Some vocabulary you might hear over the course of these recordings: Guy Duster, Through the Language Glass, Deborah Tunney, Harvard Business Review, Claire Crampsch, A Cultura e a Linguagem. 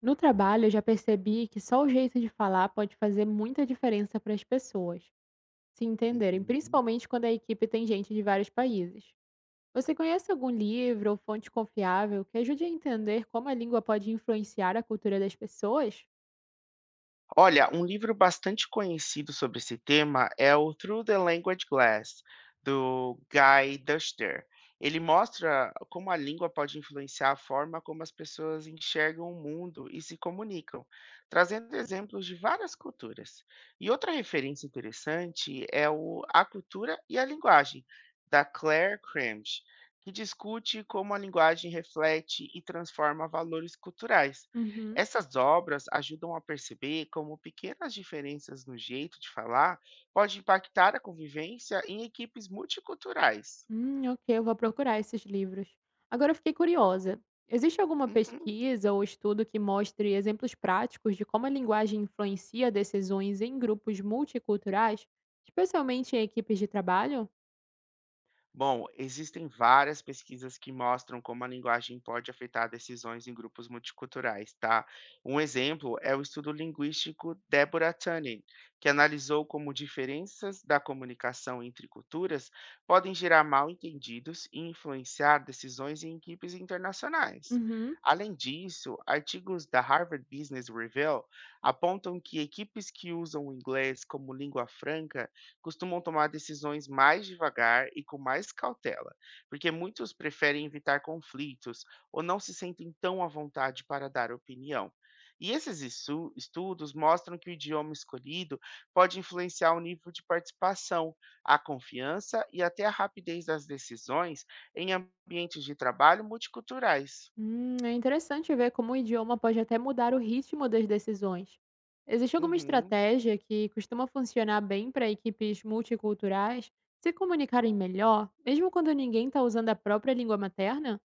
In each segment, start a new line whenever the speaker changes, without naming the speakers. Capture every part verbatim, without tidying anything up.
No trabalho, eu já percebi que só o jeito de falar pode fazer muita diferença para as pessoas se entenderem,
Uhum.
principalmente quando a equipe tem gente de vários países. Você conhece algum livro ou fonte confiável que ajude a entender como a língua pode influenciar a cultura das pessoas?
Olha, um livro bastante conhecido sobre esse tema é o Through the Language Glass, do Guy Duster. Ele mostra como a língua pode influenciar a forma como as pessoas enxergam o mundo e se comunicam, trazendo exemplos de várias culturas. E outra referência interessante é o A Cultura e a Linguagem, da Claire Crampsch, que discute como a linguagem reflete e transforma valores culturais.
Uhum.
Essas obras ajudam a perceber como pequenas diferenças no jeito de falar pode impactar a convivência em equipes multiculturais.
Hum, ok, eu vou procurar esses livros. Agora eu fiquei curiosa. Existe alguma
Uhum.
pesquisa ou estudo que mostre exemplos práticos de como a linguagem influencia decisões em grupos multiculturais, especialmente em equipes de trabalho?
Bom, existem várias pesquisas que mostram como a linguagem pode afetar decisões em grupos multiculturais, tá? Um exemplo é o estudo linguístico Deborah Tunney, que analisou como diferenças da comunicação entre culturas podem gerar mal-entendidos e influenciar decisões em equipes internacionais.
Uhum.
Além disso, artigos da Harvard Business Review apontam que equipes que usam o inglês como língua franca costumam tomar decisões mais devagar e com mais cautela, porque muitos preferem evitar conflitos ou não se sentem tão à vontade para dar opinião. E esses estu- estudos mostram que o idioma escolhido pode influenciar o nível de participação, a confiança e até a rapidez das decisões em ambientes de trabalho multiculturais.
Hum, é interessante ver como o idioma pode até mudar o ritmo das decisões. Existe alguma
Uhum.
estratégia que costuma funcionar bem para equipes multiculturais se comunicarem melhor, mesmo quando ninguém está usando a própria língua materna?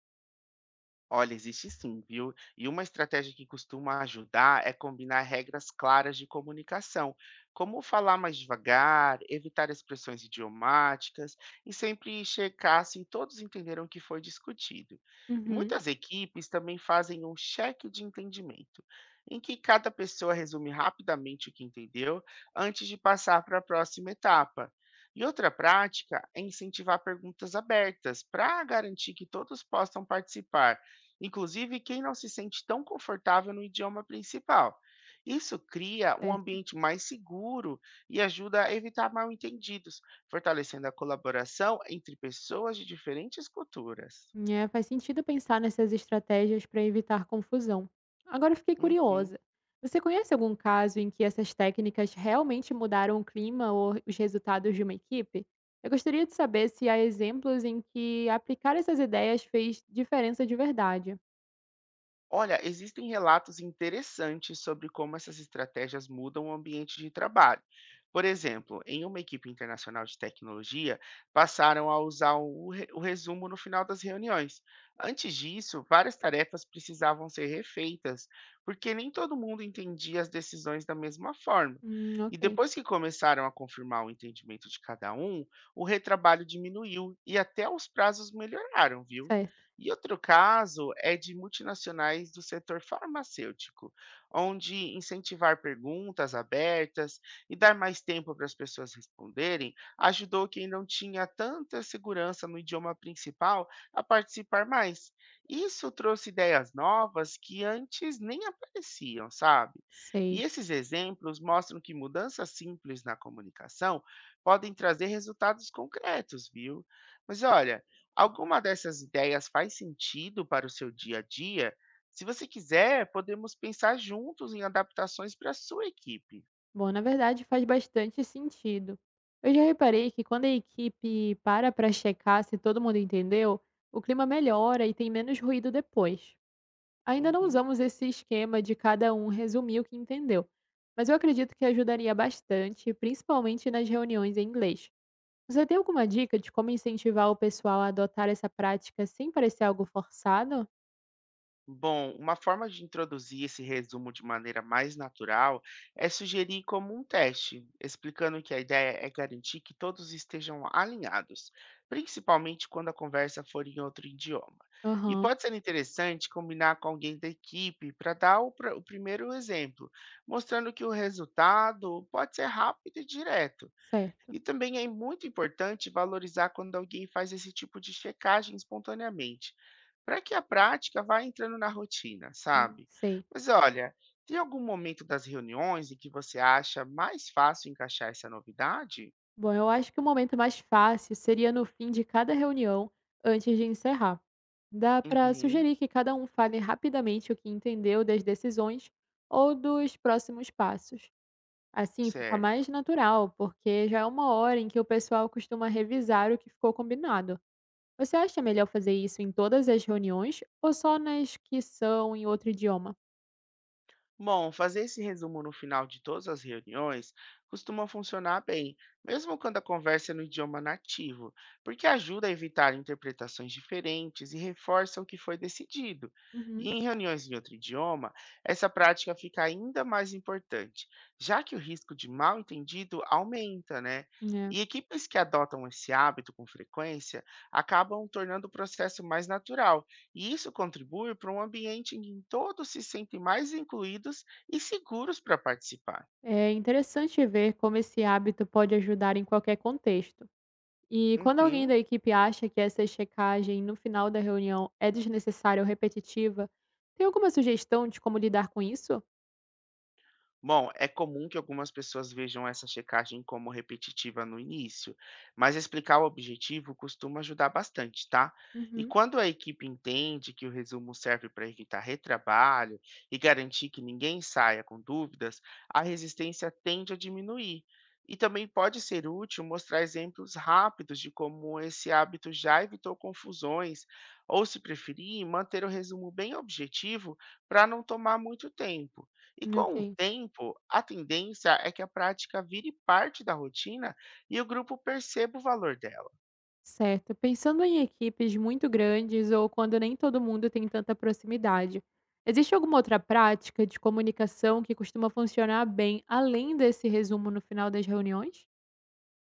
Olha, existe sim, viu? E uma estratégia que costuma ajudar é combinar regras claras de comunicação, como falar mais devagar, evitar expressões idiomáticas e sempre checar se todos entenderam o que foi discutido. E
Uhum.
muitas equipes também fazem um cheque de entendimento, em que cada pessoa resume rapidamente o que entendeu antes de passar para a próxima etapa. E outra prática é incentivar perguntas abertas para garantir que todos possam participar inclusive quem não se sente tão confortável no idioma principal. Isso cria um
Certo.
ambiente mais seguro e ajuda a evitar mal-entendidos, fortalecendo a colaboração entre pessoas de diferentes culturas.
É, faz sentido pensar nessas estratégias para evitar confusão. Agora eu fiquei curiosa.
Uhum.
Você conhece algum caso em que essas técnicas realmente mudaram o clima ou os resultados de uma equipe? Eu gostaria de saber se há exemplos em que aplicar essas ideias fez diferença de verdade.
Olha, existem relatos interessantes sobre como essas estratégias mudam o ambiente de trabalho. Por exemplo, em uma equipe internacional de tecnologia, passaram a usar o, re- o resumo no final das reuniões. Antes disso, várias tarefas precisavam ser refeitas, porque nem todo mundo entendia as decisões da mesma forma.
Hum,
E
ok.
depois que começaram a confirmar o entendimento de cada um, o retrabalho diminuiu e até os prazos melhoraram, viu?
Certo.
E outro caso é de multinacionais do setor farmacêutico, onde incentivar perguntas abertas e dar mais tempo para as pessoas responderem ajudou quem não tinha tanta segurança no idioma principal a participar mais. Isso trouxe ideias novas que antes nem apareciam, sabe? E
Sei.
esses exemplos mostram que mudanças simples na comunicação podem trazer resultados concretos, viu? Mas olha, alguma dessas ideias faz sentido para o seu dia a dia? Se você quiser, podemos pensar juntos em adaptações para a sua equipe.
Bom, na verdade faz bastante sentido. Eu já reparei que quando a equipe para para checar se todo mundo entendeu, o clima melhora e tem menos ruído depois. Ainda não
Uhum.
usamos esse esquema de cada um resumir o que entendeu, mas eu acredito que ajudaria bastante, principalmente nas reuniões em inglês. Você tem alguma dica de como incentivar o pessoal a adotar essa prática sem parecer algo forçado?
Bom, uma forma de introduzir esse resumo de maneira mais natural é sugerir como um teste, explicando que a ideia é garantir que todos estejam alinhados, principalmente quando a conversa for em outro idioma. E
Aham,
pode ser interessante combinar com alguém da equipe para dar o, pr- o primeiro exemplo, mostrando que o resultado pode ser rápido e direto.
certo.
E também é muito importante valorizar quando alguém faz esse tipo de checagem espontaneamente, para que a prática vá entrando na rotina,
Hum,
sabe?
Sei.
Mas olha, tem algum momento das reuniões em que você acha mais fácil encaixar essa novidade?
Bom, eu acho que o momento mais fácil seria no fim de cada reunião, antes de encerrar. Dá para
Uhum,
sugerir que cada um fale rapidamente o que entendeu das decisões ou dos próximos passos. Assim fica mais
certo.
natural, porque já é uma hora em que o pessoal costuma revisar o que ficou combinado. Você acha melhor fazer isso em todas as reuniões ou só nas que são em outro idioma?
Bom, fazer esse resumo no final de todas as reuniões costuma funcionar bem, mesmo quando a conversa é no idioma nativo, porque ajuda a evitar interpretações diferentes e reforça o que foi decidido. E
Uhum,
em reuniões em outro idioma, essa prática fica ainda mais importante, já que o risco de mal-entendido aumenta, né?
né.
E equipes que adotam esse hábito com frequência acabam tornando o processo mais natural e isso contribui para um ambiente em que todos se sentem mais incluídos e seguros para participar.
É interessante ver como esse hábito pode ajudar em qualquer contexto. E quando alguém
Uhum.
da equipe acha que essa checagem no final da reunião é desnecessária ou repetitiva, tem alguma sugestão de como lidar com isso?
Bom, é comum que algumas pessoas vejam essa checagem como repetitiva no início, mas explicar o objetivo costuma ajudar bastante, tá? E
Uhum,
quando a equipe entende que o resumo serve para evitar retrabalho e garantir que ninguém saia com dúvidas, a resistência tende a diminuir. E também pode ser útil mostrar exemplos rápidos de como esse hábito já evitou confusões, ou, se preferir, manter o resumo bem objetivo para não tomar muito tempo. E com o
ok.
tempo, a tendência é que a prática vire parte da rotina e o grupo perceba o valor dela.
Certo. Pensando em equipes muito grandes ou quando nem todo mundo tem tanta proximidade, existe alguma outra prática de comunicação que costuma funcionar bem além desse resumo no final das reuniões?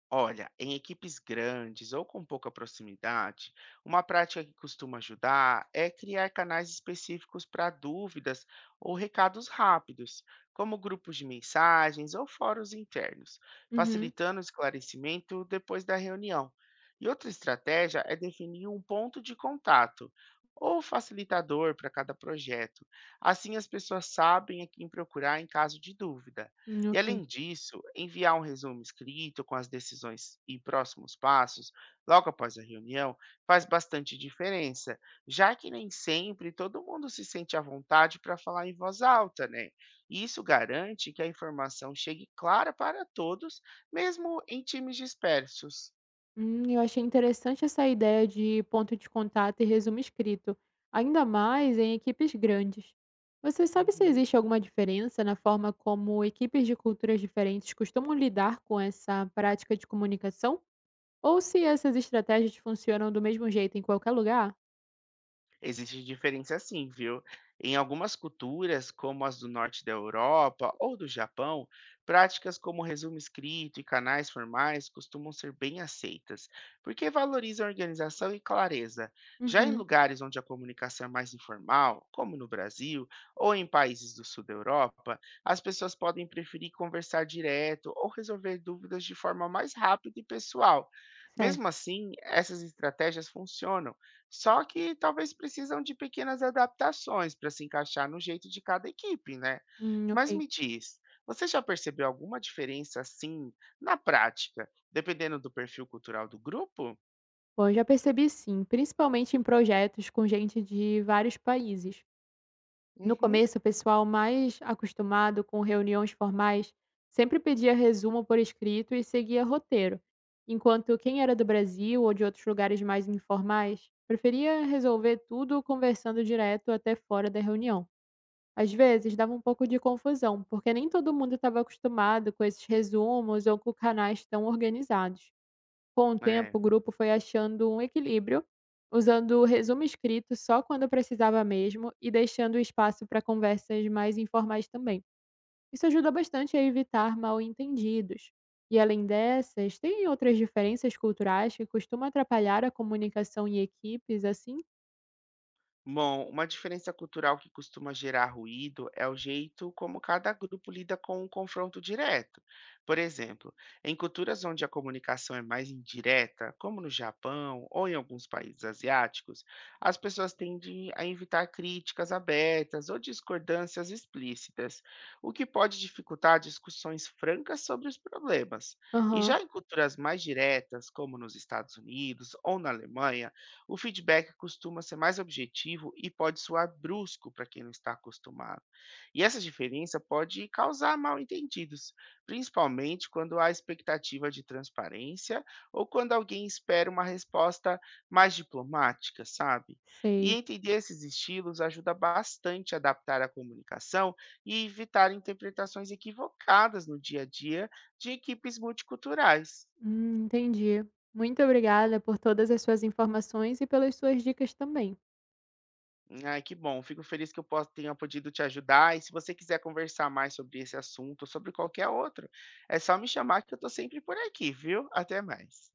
Olha, em equipes grandes ou com pouca proximidade, uma prática que costuma ajudar é criar canais específicos para dúvidas ou recados rápidos, como grupos de mensagens ou fóruns internos,
Uhum.
facilitando o esclarecimento depois da reunião. E outra estratégia é definir um ponto de contato ou facilitador para cada projeto. Assim as pessoas sabem a quem procurar em caso de dúvida.
Hum,
E
ok.
além disso, enviar um resumo escrito com as decisões e próximos passos, logo após a reunião, faz bastante diferença, já que nem sempre todo mundo se sente à vontade para falar em voz alta, né? E isso garante que a informação chegue clara para todos, mesmo em times dispersos.
Hum, eu achei interessante essa ideia de ponto de contato e resumo escrito, ainda mais em equipes grandes. Você sabe se
Uhum.
existe alguma diferença na forma como equipes de culturas diferentes costumam lidar com essa prática de comunicação? Ou se essas estratégias funcionam do mesmo jeito em qualquer lugar?
Existe diferença sim, viu? Em algumas culturas, como as do norte da Europa ou do Japão, práticas como resumo escrito e canais formais costumam ser bem aceitas, porque valorizam a organização e clareza. Já em
Uhum,
lugares onde a comunicação é mais informal, como no Brasil ou em países do sul da Europa, as pessoas podem preferir conversar direto ou resolver dúvidas de forma mais rápida e pessoal.
certo.
Mesmo assim, essas estratégias funcionam só que talvez precisam de pequenas adaptações para se encaixar no jeito de cada equipe, né?
Hum,
Mas
ok.
me diz, você já percebeu alguma diferença assim na prática, dependendo do perfil cultural do grupo?
Bom, eu já percebi sim, principalmente em projetos com gente de vários países. No
Uhum.
começo, o pessoal mais acostumado com reuniões formais sempre pedia resumo por escrito e seguia roteiro, enquanto quem era do Brasil ou de outros lugares mais informais preferia resolver tudo conversando direto até fora da reunião. Às vezes dava um pouco de confusão, porque nem todo mundo estava acostumado com esses resumos ou com canais tão organizados. Com o
É.
tempo, o grupo foi achando um equilíbrio, usando o resumo escrito só quando precisava mesmo e deixando espaço para conversas mais informais também. Isso ajuda bastante a evitar mal-entendidos. E além dessas, tem outras diferenças culturais que costumam atrapalhar a comunicação em equipes assim?
Bom, uma diferença cultural que costuma gerar ruído é o jeito como cada grupo lida com o confronto direto. Por exemplo, em culturas onde a comunicação é mais indireta, como no Japão ou em alguns países asiáticos, as pessoas tendem a evitar críticas abertas ou discordâncias explícitas, o que pode dificultar discussões francas sobre os problemas. E
Aham,
já em culturas mais diretas, como nos Estados Unidos ou na Alemanha, o feedback costuma ser mais objetivo e pode soar brusco para quem não está acostumado. E essa diferença pode causar mal-entendidos, principalmente quando há expectativa de transparência ou quando alguém espera uma resposta mais diplomática, sabe? E
sei.
entender esses estilos ajuda bastante a adaptar a comunicação e evitar interpretações equivocadas no dia a dia de equipes multiculturais.
Hum, entendi. Muito obrigada por todas as suas informações e pelas suas dicas também.
Ai, que bom. Fico feliz que eu possa tenha podido te ajudar. E se você quiser conversar mais sobre esse assunto ou sobre qualquer outro, é só me chamar que eu estou sempre por aqui, viu? Até mais.